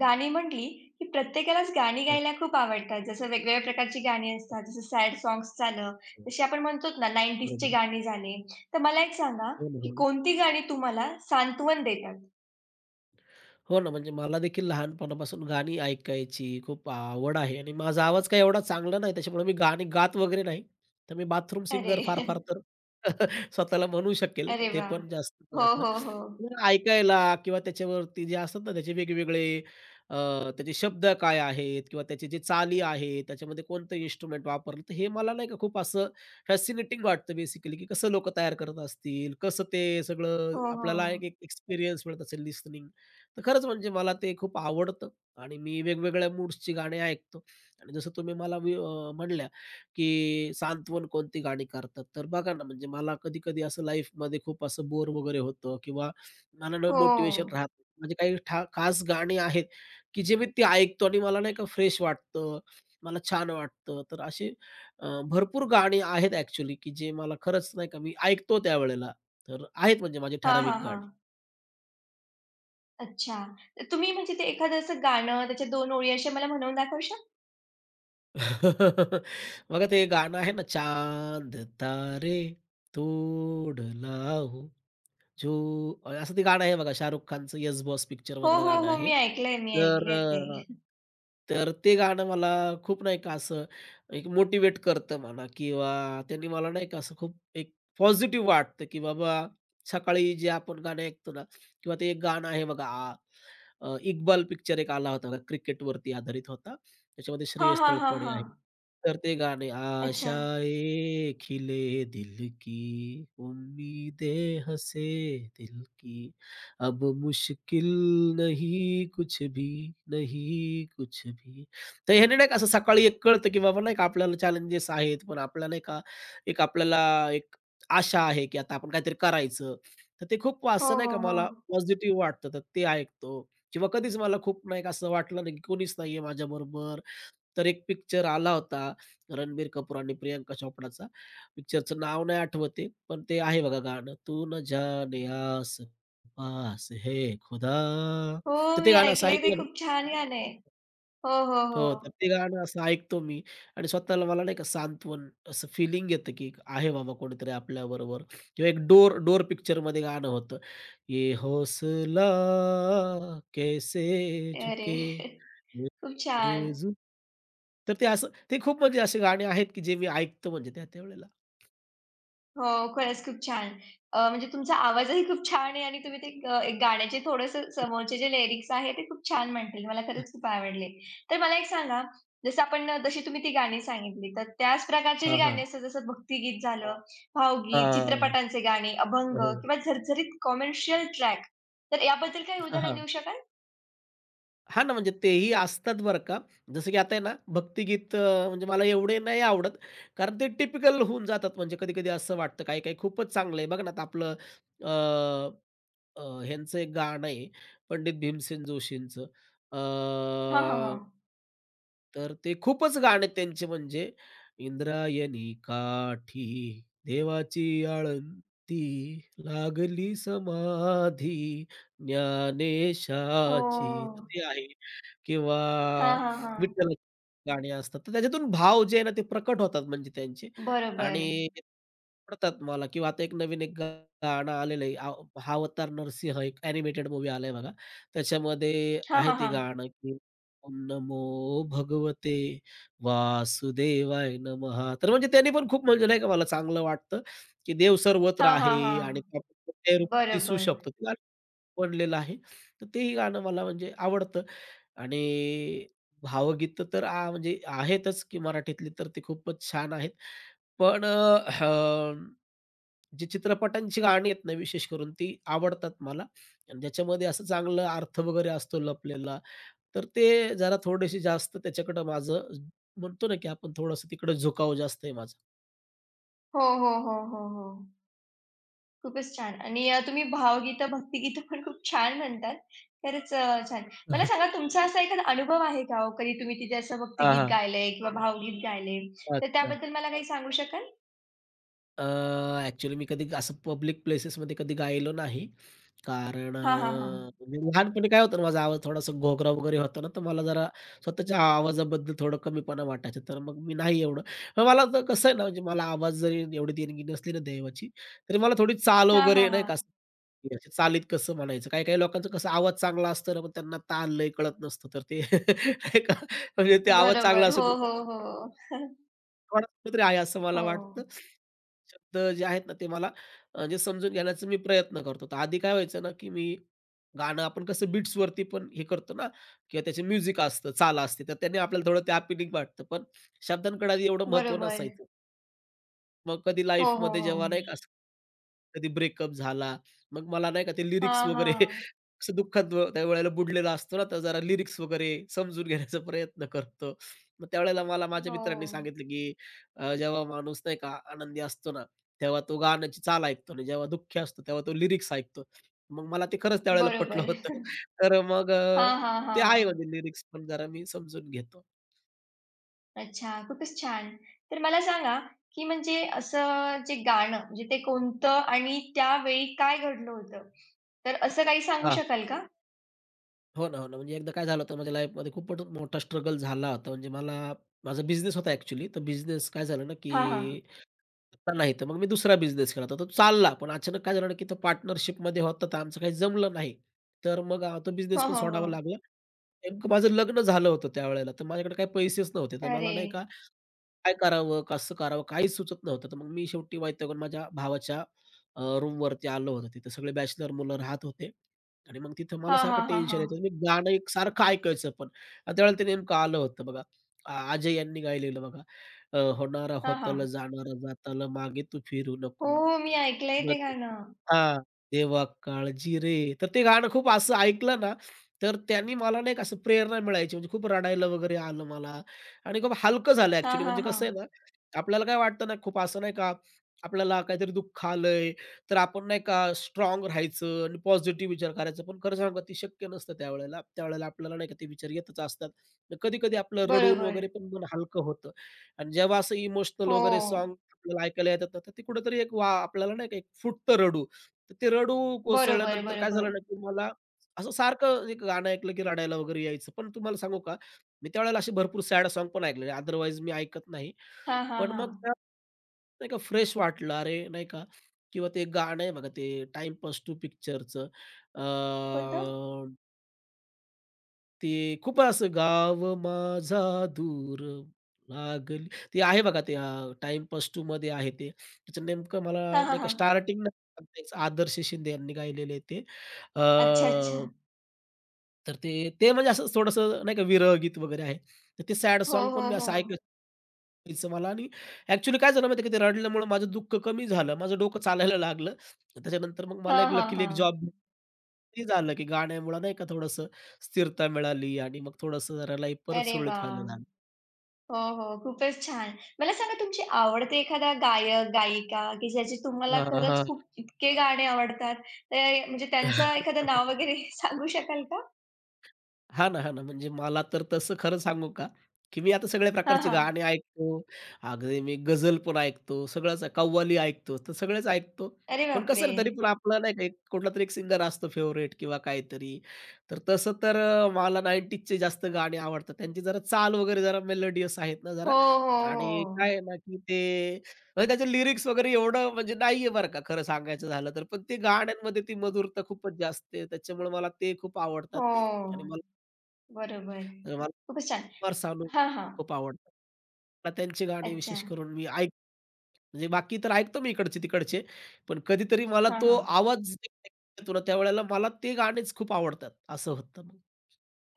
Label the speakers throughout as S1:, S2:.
S1: गाणी म्हटली, की प्रत्येकालाच गाणी
S2: हो,
S1: गायला खूप आवडतात. जसं वेगवेगळ्या प्रकारची गाणी असतात. जसं सॅड सॉन्ग्स झालं,
S2: हो.
S1: जसे आपण म्हणतो ना 90s ची
S2: बरोबर.
S1: गाणी झाले. तर मला एक सांगा,
S2: हो ना,
S1: की
S2: हो ना.
S1: कोणती गाणी तुम्हाला सांत्वन देतात?
S2: हो ना, म्हणजे मला देखील लहानपणापासून गाणी ऐकायची खूप आवड आहे आणि माझा आवाज काही एवढा चांगला नाही, त्याच्यामुळे मी गाणी गात वगैरे नाही. तर मी बाथरूम
S1: अरे!
S2: सिंगर फार-फार तर स्वतःला म्हणू शकेल.
S1: अरे
S2: ते
S1: वाह!
S2: पण जास्त नाही
S1: हो,
S2: असं.
S1: हो, हो.
S2: तर ऐकायला किंवा त्याच्यावरती जे असतात ना, त्याचे वेगवेगळे अ, त्याचे शब्द काय आहेत किंवा त्याचे जे चाली आहेत, त्याच्यामध्ये कोणतं इन्स्ट्रुमेंट वापरलं, तर हे मला नाही का खूप असं फॅसिनेटिंग वाटतं बेसिकली, की कसं लोकं तयार करत असतील, कसं ते सगळं
S1: हो, हो.
S2: आपल्याला एक एक्सपिरियन्स मिळत असेल लिसनिंग. तर खरंच म्हणजे मला ते खूप आवडतं आणि मी वेगवेगळ्या मूड्सची गाणी ऐकतो आणि जसं तुम्ही मला वि म्हणल्या, की सांत्वन कोणती गाणी करतात. तर बघा ना, म्हणजे मला कधी-कधी असं लाईफमध्ये खूप असं बोर वगैरे होतं किंवा मला मोटिवेशन
S1: हो.
S2: मोटिव्हेशन राहत नाही. म्हणजे काही ठा खास गाणी आहेत, की जे मी ती ऐकतो आणि मला नाही का फ्रेश वाटतं, मला छान वाटतं. तर अशी भरपूर गाणी आहेत ॲक्चुअली, की जे मला खरंच नाही का मी ऐकतो त्यावेळेला. तर आहेत म्हणजे माझी
S1: हा,
S2: ठराविक
S1: हां,
S2: गाणी.
S1: हां. अच्छा. तर तुम्ही म्हणजे ते एखादं असं गाणं, त्याच्या 2 ओळी अशा मला म्हणून दाखवशाल?
S2: बघा ते गाणं आहे ना, चांद तारे तोड लाओ जो असं ते गाणं आहे बघा. शाहरुख खानचं येस बॉस पिक्चर
S1: हो, हो,
S2: मधलं
S1: हो,
S2: गाणं
S1: हो. हो.
S2: आहे.
S1: मी ऐकलंय, मी
S2: तर
S1: ऐकलंय ते.
S2: तर ते गाणं मला खूप नाही का असं एक मोटिव्हेट करतं म्हणा किंवा त्यांनी मला नाही का असं खूप एक पॉझिटिव्ह वाटतं, की बाबा सकाळी जे आपण गाणे ऐकतो ना किंवा ते एक गाणं आहे बघा इक्बाल पिक्चर एक आला होता बघा cricket वरती आधारित होता. त्याच्यामध्ये
S1: हां,
S2: श्रेयस
S1: हां, हां,
S2: तळपडे
S1: हां.
S2: आहे. तर ते गाणे
S1: अच्छा.
S2: आशाएं खिले दिल की, उम्मीदें हंसे दिल की. अब मुश्किल नहीं कुछ भी, नहीं कुछ भी. तर ह्याने नाही का असं सकाळी एक कळतं, की बाबा नाही का आपल्याला चॅलेंजेस आहेत, पण आपल्याला नाही का एक आपल्याला एक आशा आहे, की आता आपण काहीतरी करायचं. तर ते खूप
S1: हो,
S2: असं नाही
S1: हो,
S2: का
S1: हो.
S2: मला पॉझिटिव्ह वाटतं, तर ते ऐकतो. किंवा कधीच मला खूप नाही का असं वाटलं नाही, की कोणीच नाहीये माझ्याबरोबर. तर एक पिक्चर आला होता, रणबीर कपूर आणि प्रियंका चोपडाचा. पिक्चरचं नाव नाही आठवत पण ते आहे बघा गाणं. तू न जाने आस पास है खुदा.
S1: हो,
S2: तर ते
S1: मी
S2: गाणं असं
S1: ऐकलंय ते
S2: ऐकलं ना.
S1: खूप छान गाणं आहे. हो, हो,
S2: हो, तर
S1: हो.
S2: ते गाणं असं ऐकतो मी आणि स्वतःला मला नाही का सांत्वन असं फीलिंग येतं, की आहे बाबा कोणीतरी आपल्याबरोबर. किंवा एक डोर डोर पिक्चरमध्ये गाणं होतं. ये हौसला कैसे
S1: अरे!
S2: झुके ये
S1: खूप छान.
S2: आरज़ू. तर ते असं ते खूप म्हणजे असे गाणे आहेत, की जे मी ऐकतो म्हणजे त्या त्यावेळेला.
S1: हो, खरंच खूप छान. म्हणजे तुमचा आवाजही खूप छान आहे आणि तुम्ही ते एक गाण्याचे थोडंसं समोरचे जे लिरिक्स आहे ते खूप छान म्हणतील. मला खरंच खूप आवडले. तर मला एक सांगा, जसं आपण जशी तुम्ही ती गाणी सांगितली, तर त्याच प्रकारची जी
S2: हां,
S1: गाणी
S2: हां.
S1: असतात जसं भक्तिगीत झालं, भावगीत,
S2: हां.
S1: चित्रपटांचे गाणे,
S2: हो,
S1: अभंग
S2: हो.
S1: किंवा झरझरीत कमर्शियल ट्रॅक, तर याबद्दल काही
S2: हां,
S1: उदाहरण
S2: हां.
S1: देऊ शकाल?
S2: हां ना, म्हणजे तेही असतात बरं का. जसं की आता आहे ना, भक्तिगीत म्हणजे मला एवढे नाही आवडत. कारण ते टिपिकल होऊन जातात. म्हणजे कधी-कधी असं वाटतं काही-काही खूपच चांगलं आहे. बघा ना, आता आपलं अ, अ, ह्यांचं एक गाणं आहे, पंडित भीमसेन जोशींचं. अ
S1: हां, हां, हां.
S2: तर ते खूपच गाणे त्यांचे म्हणजे इंद्रायणी काठी देवाची आळंती लागली समाधी
S1: हो.
S2: ज्ञानेशाची तर ते आहे. किंवा
S1: हां, हां, हां.
S2: विठ्ठलाची गाणी असतात. तर त्याच्यातून भाव जे आहे ना ते प्रकट होतात म्हणजे त्यांचे
S1: बरोबर.
S2: आणि पडतात मला. किंवा आता एक नवीन एक गाणं आलेलं आहे. आव हा अवतार नरसिंह एक एनिमेटेड मूव्ही आलाय बघा. त्याच्यामध्ये
S1: हां,
S2: आहे
S1: हां,
S2: ते
S1: हां.
S2: गाणं की "ओम नमो भगवते वासुदेवाय नमः." तर म्हणजे त्यांनी पण खूप म्हणजे नाही का मला चांगलं वाटतं, की देव सर्वत्र
S1: हां, हां,
S2: आहे
S1: हां.
S2: आणि तो आपण कोणत्याही रूपात दिसू
S1: बरोबर. हं.
S2: शकतो. ते गाणं बनलेलं आहे. तर तेही गाणं मला म्हणजे आवडतं. आणि भावगीत तर म्हणजे आहेतच की मराठीतली तर ती खूपच छान आहेत. पण अ, अ, जी चित्रपटांची गाणी आहेत ना, विशेष करून ती आवडतात मला आणि ज्याच्यामध्ये असं चांगला अर्थ वगैरे असतो लपलेला, तर ते जरा थोडेसे जास्त त्याच्याकडं माझं म्हणतो ना, की आपण थोडंसं तिकडं झुकाव जास्त आहे माझा.
S1: हो, हो, हो, हो, हो. खूपच छान आणि तुम्ही भावगीतं, भक्तिगीतं पण खूप छान म्हणतात. खरंच, छान. मला सांगा तुमचा असा एखादा अनुभव आहे का हो? कधी तुम्ही तिथे असं
S2: हां,
S1: भक्तिगीत
S2: हां.
S1: गायलंय किंवा भावगीत गायलंय, तर
S2: अच्छा.
S1: त्याबद्दल मला काही सांगू शकाल?
S2: अ, मी कधी असं पब्लिक प्लेसेसमध्ये कधी गायलो नाही. कारण
S1: हां, हां, हां.
S2: म्हणजे लहानपणी काय होतं ना, माझा आवाज थोडासा घोगरा वगैरे होता ना, तर मला जरा स्वतःच्या आवाजाबद्दल थोडं कमीपणा वाटायचा. तर मग मी नाही एवढं. मग मला तर कसं आहे ना, म्हणजे मला आवाज जरी एवढी देणगी नसली ना देवाची, तरी मला थोडी चाल
S1: हां,
S2: वगैरे
S1: हां,
S2: नाही का,
S1: हां.
S2: असं की अशी चालीत कसं म्हणायचं. काही काही लोकांचा कसा आवाज चांगला असतो ना, पण त्यांना ताल लय कळत नसतं. तर ते नाही का, म्हणजे ते आवाज चांगला
S1: बरोबर. हो,
S2: असून
S1: हो, हो.
S2: थोडा कुठेतरी आहे असं मला वाटतं.
S1: हो.
S2: शब्द जे आहेत ना, ते मला म्हणजे समजून घेण्याचा मी प्रयत्न करतो. तर आधी काय व्हायचं ना, की मी गाणं आपण कसं बीट्सवरती पण हे करतो ना किंवा त्याचे म्युझिक असतं, चाल असते. तर त्याने आपल्याला थोडं ते अपीलिंग वाटतं. पण शब्दांकडे आधी एवढं महत्त्व
S1: बरोबर.
S2: नसायचं. मग कधी
S1: हो, हो,
S2: लाईफमध्ये जेव्हा नाही का,
S1: हो.
S2: असं कधी ब्रेकअप झाला, मग मला नाही का ते लिरिक्स
S1: हां,
S2: वगैरे
S1: हां.
S2: असं दुःखात त्यावेळेला बुडलेला असतो ना, तर जरा लिरिक्स वगैरे समजून घेण्याचा प्रयत्न करतो. मग त्यावेळेला मला माझ्या
S1: हो.
S2: मित्रांनी सांगितलं, की जेव्हा माणूस नाही का आनंदी असतो ना, तेव्हा तो गाण्याची चाल ऐकतो आणि जेव्हा दुःखी असतो, तेव्हा तो लिरिक्स ऐकतो. मग मला ते खरंच त्यावेळेला पटलं
S1: बरोबर.
S2: होतं. तर मग
S1: हां, हां,
S2: ते आहे
S1: हां.
S2: म्हणजे लिरिक्स पण जरा मी समजून घेतो.
S1: अच्छा, खूपच छान. तर मला सांगा, की म्हणजे असं जे गाणं म्हणजे ते कोणतं आणि त्यावेळी काय घडलं होतं? तर असं काही सांगू शकाल का?
S2: हो ना, हो ना. म्हणजे एकदा काय झालं होतं माझ्या लाईफमध्ये खूपच मोठा स्ट्रगल झाला होता. म्हणजे मला माझा बिझनेस होता ॲक्चुअली. तर बिझनेस काय झालं ना,
S1: हां, हां.
S2: की आता नाही तर मग मी दुसरा बिझनेस केला होता. तो चालला. पण अचानक काय झालं ना, की तो पार्टनरशिपमध्ये होता तर आमचं काही जमलं नाही. तर मग तो
S1: हो,
S2: बिझनेस पण
S1: हो,
S2: सोडावा
S1: हो.
S2: लागला. नेमकं माझं लग्न झालं होतं त्यावेळेला. तर माझ्याकडे काही पैसेच नव्हते. तर मला
S1: अरे!
S2: नाही का काय करावं? कसं करावं? काहीच सुचत नव्हतं. तर मग मी शेवटी वैतागून माझ्या भावाच्या रूमवरती आलो होतो. तिथं सगळे बॅचलर मुलं राहत होते आणि मग तिथं मला
S1: हां,
S2: सारखं
S1: हां, हां,
S2: टेन्शन
S1: हां.
S2: यायचं. मी गाणं एक सारखं ऐकायचं पण. आणि त्यावेळेला ते नेमकं आलं होतं बघा. आ अजय यांनी गायलेलं बघा. होणारा
S1: हां,
S2: होतल,
S1: हां.
S2: जाणारा जाताल, मागे तू फिरू
S1: हो,
S2: नको.
S1: मी ऐकलंय ते गाणं.
S2: हां, "देवा काळजी रे." तर ते गाणं खूप असं ऐकलं ना, तर त्यांनी मला नाही का असं प्रेरणा मिळायची म्हणजे खूप रडायला वगैरे आलं मला आणि खूप हलकं झालं
S1: हां,
S2: ॲक्चुअली.
S1: हां,
S2: म्हणजे
S1: हां.
S2: कसं आहे ना, आपल्याला काय वाटतं ना, खूप असं नाही का, आपल्याला काहीतरी दुःख आलंय, तर आपण नाही का स्ट्राँग राहायचं आणि पॉझिटिव्ह विचार करायचा. पण खरं सांगू का ते शक्य नसतं त्यावेळेला. त्यावेळेला आपल्याला नाही का ते विचार येतच असतात. तर कधी-कधी आपलं रडून वगैरे
S1: बरोबर.
S2: पण मन हलकं होतं आणि जेव्हा असं इमोशनल वगैरे साँग
S1: हो.
S2: आपल्याला ऐकायला येतात ना, तर ते कुठेतरी एक वा आपल्याला नाही का एक फुटतं रडू. तर ते रडू
S1: बरोबर,
S2: कोसळल्यानंतर काय झालं ना,
S1: बरोबर.
S2: की मला असं सारखं एक गाणं ऐकलं की रडायला वगैरे यायचं. पण तुम्हाला सांगू का, मी त्यावेळेला असे भरपूर सॅड सॉन्ग पण ऐकलेले. अदरवाईज मी ऐकत नाही.
S1: हां, हां,
S2: पण मग त्या
S1: हां.
S2: नाही का फ्रेश वाटलं. अरे नाही का किंवा ते गाणं आहे बघा ते टाईम पास टू पिक्चरचं,
S1: कोणतं?
S2: ते खूप असं गाव माझा दूर लागली ते आहे बघा ते टाइम टाईमपास 2 मध्ये आहे ते. त्याचं नेमकं मला
S1: हां, हां,
S2: नाही का
S1: हां.
S2: स्टार्टिंग आदर्श शिंदे यांनी गायलेलं आहे ते. अ,
S1: अच्छा, अच्छा.
S2: तर ते ते म्हणजे असं थोडंसं नाही का विरह गीत वगैरे आहे. तर ते सॅड
S1: हो,
S2: सॉन्ग पण
S1: हो,
S2: मी असं
S1: हो.
S2: ऐकायचो. यायचं मला आणि ॲक्चुअली काय झालं माहिती आहे का, ते रडल्यामुळं माझं दुःख कमी झालं. माझं डोकं चालायला लागलं. त्याच्यानंतर मग मला
S1: हां,
S2: एक
S1: हां,
S2: लकीली एक
S1: हां.
S2: जॉब ते झालं, की गाण्यामुळं नाही का थोडंसं स्थिरता मिळाली आणि मग थोडंसं जरा लाईफ परत
S1: अरे
S2: सुरळीत व्हायला
S1: वाह!
S2: लागली.
S1: हो, हो. खूपच छान. मला सांगा तुमची आवडते एखादा गायक, गायिका की ज्याची तुम्हाला
S2: हां,
S1: खरंच
S2: हां.
S1: खूप इतके गाणे आवडतात, तर म्हणजे त्यांचं एखादं नाव वगैरे सांगू शकाल का?
S2: हां ना, हां ना. म्हणजे मला तर तसं खरं सांगू का, की मी आता सगळ्या
S1: हां,
S2: प्रकारचे
S1: हां.
S2: गाणे ऐकतो. अगदी मी गझल पण ऐकतो, सगळंच कव्वाली ऐकतो, तर सगळेच ऐकतो.
S1: अरे
S2: पण कसं
S1: बापरे!
S2: ना, तरी पण आपला नाही का एक कुठलातरी एक सिंगर असतो फेवरेट किंवा काहीतरी. तर तसं तर मला 90sचे जास्त गाणी आवडतात. त्यांची जरा चाल वगैरे जरा मेलोडियस आहेत ना
S1: हो,
S2: जरा.
S1: हो,
S2: आणि
S1: हो.
S2: काय आहे ना, की ते म्हणजे त्याचे लिरिक्स वगैरे एवढं म्हणजे नाहीये बरं का खरं सांगायचं झालं तर. पण ते गाण्यांमध्ये ती मधुरता खूपच जास्त आहे. त्याच्यामुळे मला ते खूप आवडतात
S1: हो.
S2: आणि मला
S1: बरोबर.
S2: तर मला
S1: खूपच छान.
S2: कुमार सानू
S1: हां, हां.
S2: खूप आवडतात. मला त्यांची गाणी
S1: अच्छा.
S2: विशेष करून मी ऐक. म्हणजे बाकी तर ऐकतो मी इकडचे-तिकडचे, पण कधीतरी मला
S1: हां,
S2: तो
S1: हां.
S2: आवाज येतो ना, त्यावेळेला मला ते गाणेच खूप आवडतात, असं होतं मग.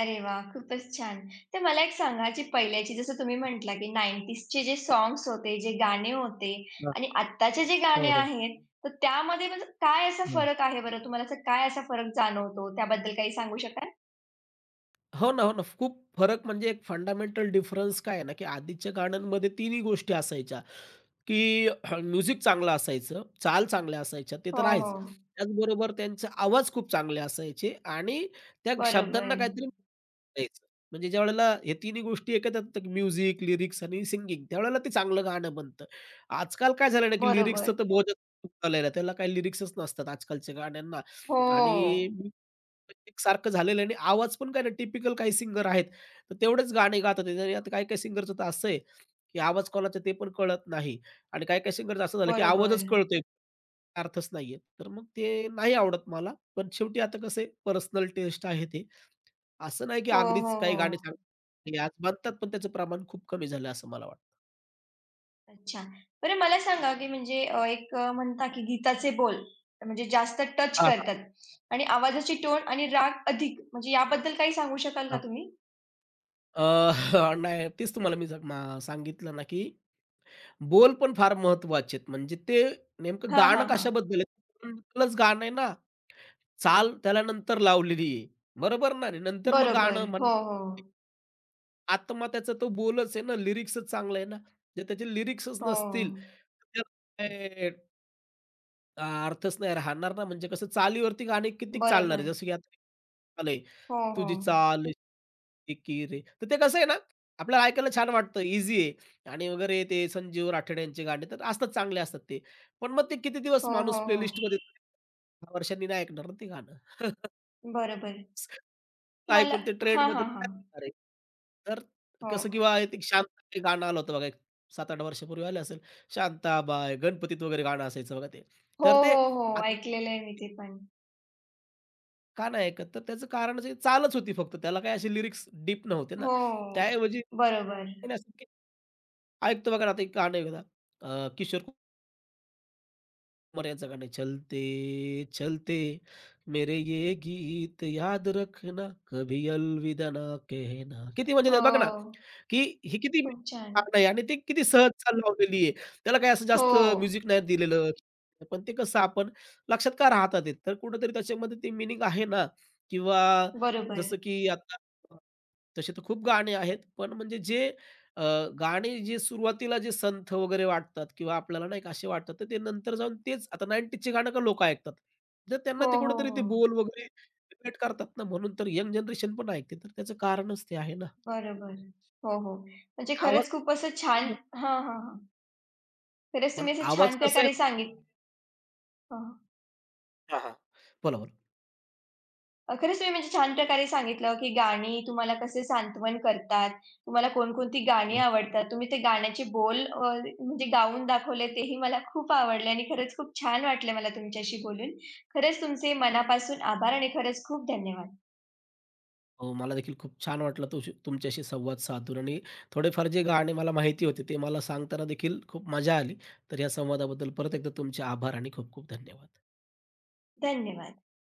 S1: अरे वाह! खूपच छान. तर मला एक सांगा, जी पहिल्याची जसं तुम्ही म्हटला, की 90s चे जे सॉन्ग्स होते, जे गाणे होते
S2: हां, हां.
S1: आणि आत्ताचे जे गाणे
S2: हो, हो.
S1: आहेत, तर त्यामध्ये म्हणजे काय असा
S2: हां.
S1: फरक आहे बरं? तुम्हाला असं काय असा फरक जाणवतो? त्याबद्दल काही सांगू शकाल?
S2: हो ना, हो ना. खूप फरक म्हणजे एक फंडामेंटल डिफरन्स काय आहे ना, की आधीच्या गाण्यांमध्ये तिन्ही गोष्टी असायच्या. की म्युझिक चांगलं असायचं, चाल चांगल्या असायच्या ते
S1: हो,
S2: तर आहेच.
S1: हो.
S2: त्याचबरोबर त्यांचे आवाज खूप चांगले असायचे आणि त्या शब्दांना
S1: बरोबर.
S2: काहीतरी द्यायचं. म्हणजे ज्यावेळेला हे तिन्ही गोष्टी एकत्र येतात म्युझिक, लिरिक्स आणि सिंगिंग त्यावेळेला ते चांगलं गाणं बनतं. आजकाल काय झालं ना, की लिरिक्सचं
S1: बरोबर.
S2: तर बोजच खूप झालेलं आहे. त्याला काही लिरिक्सच नसतात आजकालच्या गाण्यांना आणि
S1: हो.
S2: music सारखं झालेलं आहे आणि आवाज पण काय ना टिपिकल काही सिंगर आहेत, तर तेवढेच गाणे गातात आणि आता काही-काही सिंगरचं तर असं आहे, की आवाज कोणाचा ते पण कळत नाही. आणि काही-काही सिंगरचं असं झालं, की आवाजच
S1: बरोबर.
S2: कळतोय, अर्थच नाहीये. तर मग ते नाही आवडत मला. पण शेवटी आता कसं पर्सनल टेस्ट आहे ते. असं नाही, की
S1: हो,
S2: अगदीच
S1: हो,
S2: काही
S1: हो.
S2: गाणी चांगली नाही आज बनतात, पण त्याचं प्रमाण खूप कमी झालं असं मला वाटतं.
S1: अच्छा. बरं मला सांगा, की म्हणजे एक म्हणता की गीताचे बोल म्हणजे जास्त टच
S2: हां, हां,
S1: करतात आणि आवाजाची टोन आणि राग अधिक म्हणजे याबद्दल काही सांगू शकाल का
S2: हां.
S1: तुम्ही?
S2: अ, नाही तेच तुम्हाला मी ज- मा सांगितलं ना, की बोल पण फार महत्वाचे आहेत. म्हणजे ते नेमकं
S1: हां,
S2: गाणं
S1: हां, हां.
S2: कशाबद्दल आहे? पूर्णच गाणं आहे ना, चाल त्याला नंतर लावलेली आहे. बरोबर ना? आणि नंतर मग गाणं
S1: बरोबर.
S2: म्हण.
S1: हो, हो.
S2: आत्महत्याचा तो बोलच आहे ना, लिरिक्सच चांगलं आहे ना. जर त्याचे लिरिक्सच
S1: हो.
S2: नसतील, तर त्याला काय अर्थच नाही राहणार ना. म्हणजे कसं चालीवरती गाणे किती चालणार
S1: बरोबर.
S2: आहे. जसं की आता चालू
S1: हो, हो.
S2: तुझी चाल की रे, तर ते कसं आहे ना, आपल्याला ऐकायला छान वाटतं, ईझी आहे आणि वगैरे ते संजीव राठोड यांचे गाणे तर असतात, चांगले असतात ते. पण मग ते किती दिवस
S1: हो, हो,
S2: माणूस
S1: हो.
S2: प्लेलिस्टमध्ये 10 वर्षांनी नाही ऐकणार ना ते गाणं.
S1: बरोबर.
S2: तर
S1: तुम्हाला
S2: ऐकून ते
S1: हां,
S2: ट्रेंडमध्ये
S1: हां, हां.
S2: काय होणार आहे? तर
S1: हो.
S2: कसं किंवा एक शांत ते गाणं आलं होतं बघा एक 7-8 वर्षापूर्वी आलं असेल. शांताबाई, गणपतीत वगैरे गाणं असायचं बघा ते.
S1: हो,
S2: तर ते
S1: हो, हो.
S2: आता
S1: ऐकलेलं आहे मी ते पण.
S2: का नाही ऐकत? तर त्याचं कारण जे चालच होती फक्त. त्याला काही असे लिरिक्स डीप नव्हते ना.
S1: हो.
S2: त्याऐवजी
S1: बरोबर.
S2: आणि असं की ऐकतो बघा ना, आता एक गाणं आहे बघा, किशोर उमर यांचं चलते चलते मेरे ये गीत याद रखना कभी अलविदा ना कहना. किती म्हणजे त्यात बघा ना,
S1: हो.
S2: की ही किती
S1: खूप छान.
S2: गाणं आहे आणि ती किती सहज चाल लावलेली आहे. त्याला काही असं
S1: हो.
S2: जास्त म्युझिक नाही दिलेलं. पण ते कसं आपण लक्षात का राहतात ते. तर कुठेतरी त्याच्यामध्ये ते मीनिंग आहे ना किंवा
S1: बरोबर.
S2: जसं की आता तसे तर खूप गाणे आहेत. पण म्हणजे जे अ, गाणी जी सुरुवातीला जे संथ वगैरे वाटतात किंवा आपल्याला नाही का असे वाटतात, तर ते नंतर जाऊन तेच आता 90चे गाणं का लोकं ऐकतात. तर त्यांना
S1: हो,
S2: ते
S1: हो,
S2: कुठेतरी
S1: हो.
S2: ते बोल वगैरे रिलेट करतात ना, म्हणून तर यंग जनरेशन पण ऐकते. तर त्याचं कारणच ते आहे ना.
S1: बरोबर. हो, हो. म्हणजे
S2: आवाज
S1: खरंच खूप असं छान हां, हां, हां. खरंच
S2: पण
S1: तुम्ही असं
S2: आवाज
S1: छान
S2: कसा आहे.
S1: प्रकारे सांगित हां, हां.
S2: हां, हां. बोला, बोला.
S1: खरंच तुम्ही म्हणजे छान प्रकारे सांगितलं, की गाणी तुम्हाला कसे सांत्वन करतात, तुम्हाला कोणकोणती गाणी
S2: हो,
S1: आवडतात. तुम्ही ते गाण्याचे बोल, म्हणजे गाऊन दाखवले तेही मला खूप आवडले आणि खरंच खूप छान वाटलं मला तुमच्याशी बोलून. खरंच तुमचे मनापासून आभार आणि खरंच खूप धन्यवाद.
S2: हो. मला देखील खूप छान वाटलं तुश तुमच्याशी संवाद साधून आणि थोडेफार जे गाणे मला माहिती होते, ते मला सांगताना देखील खूप मजा आली. तर या संवादाबद्दल परत एकदा तुमचे आभार आणि खूप खूप धन्यवाद.
S1: धन्यवाद.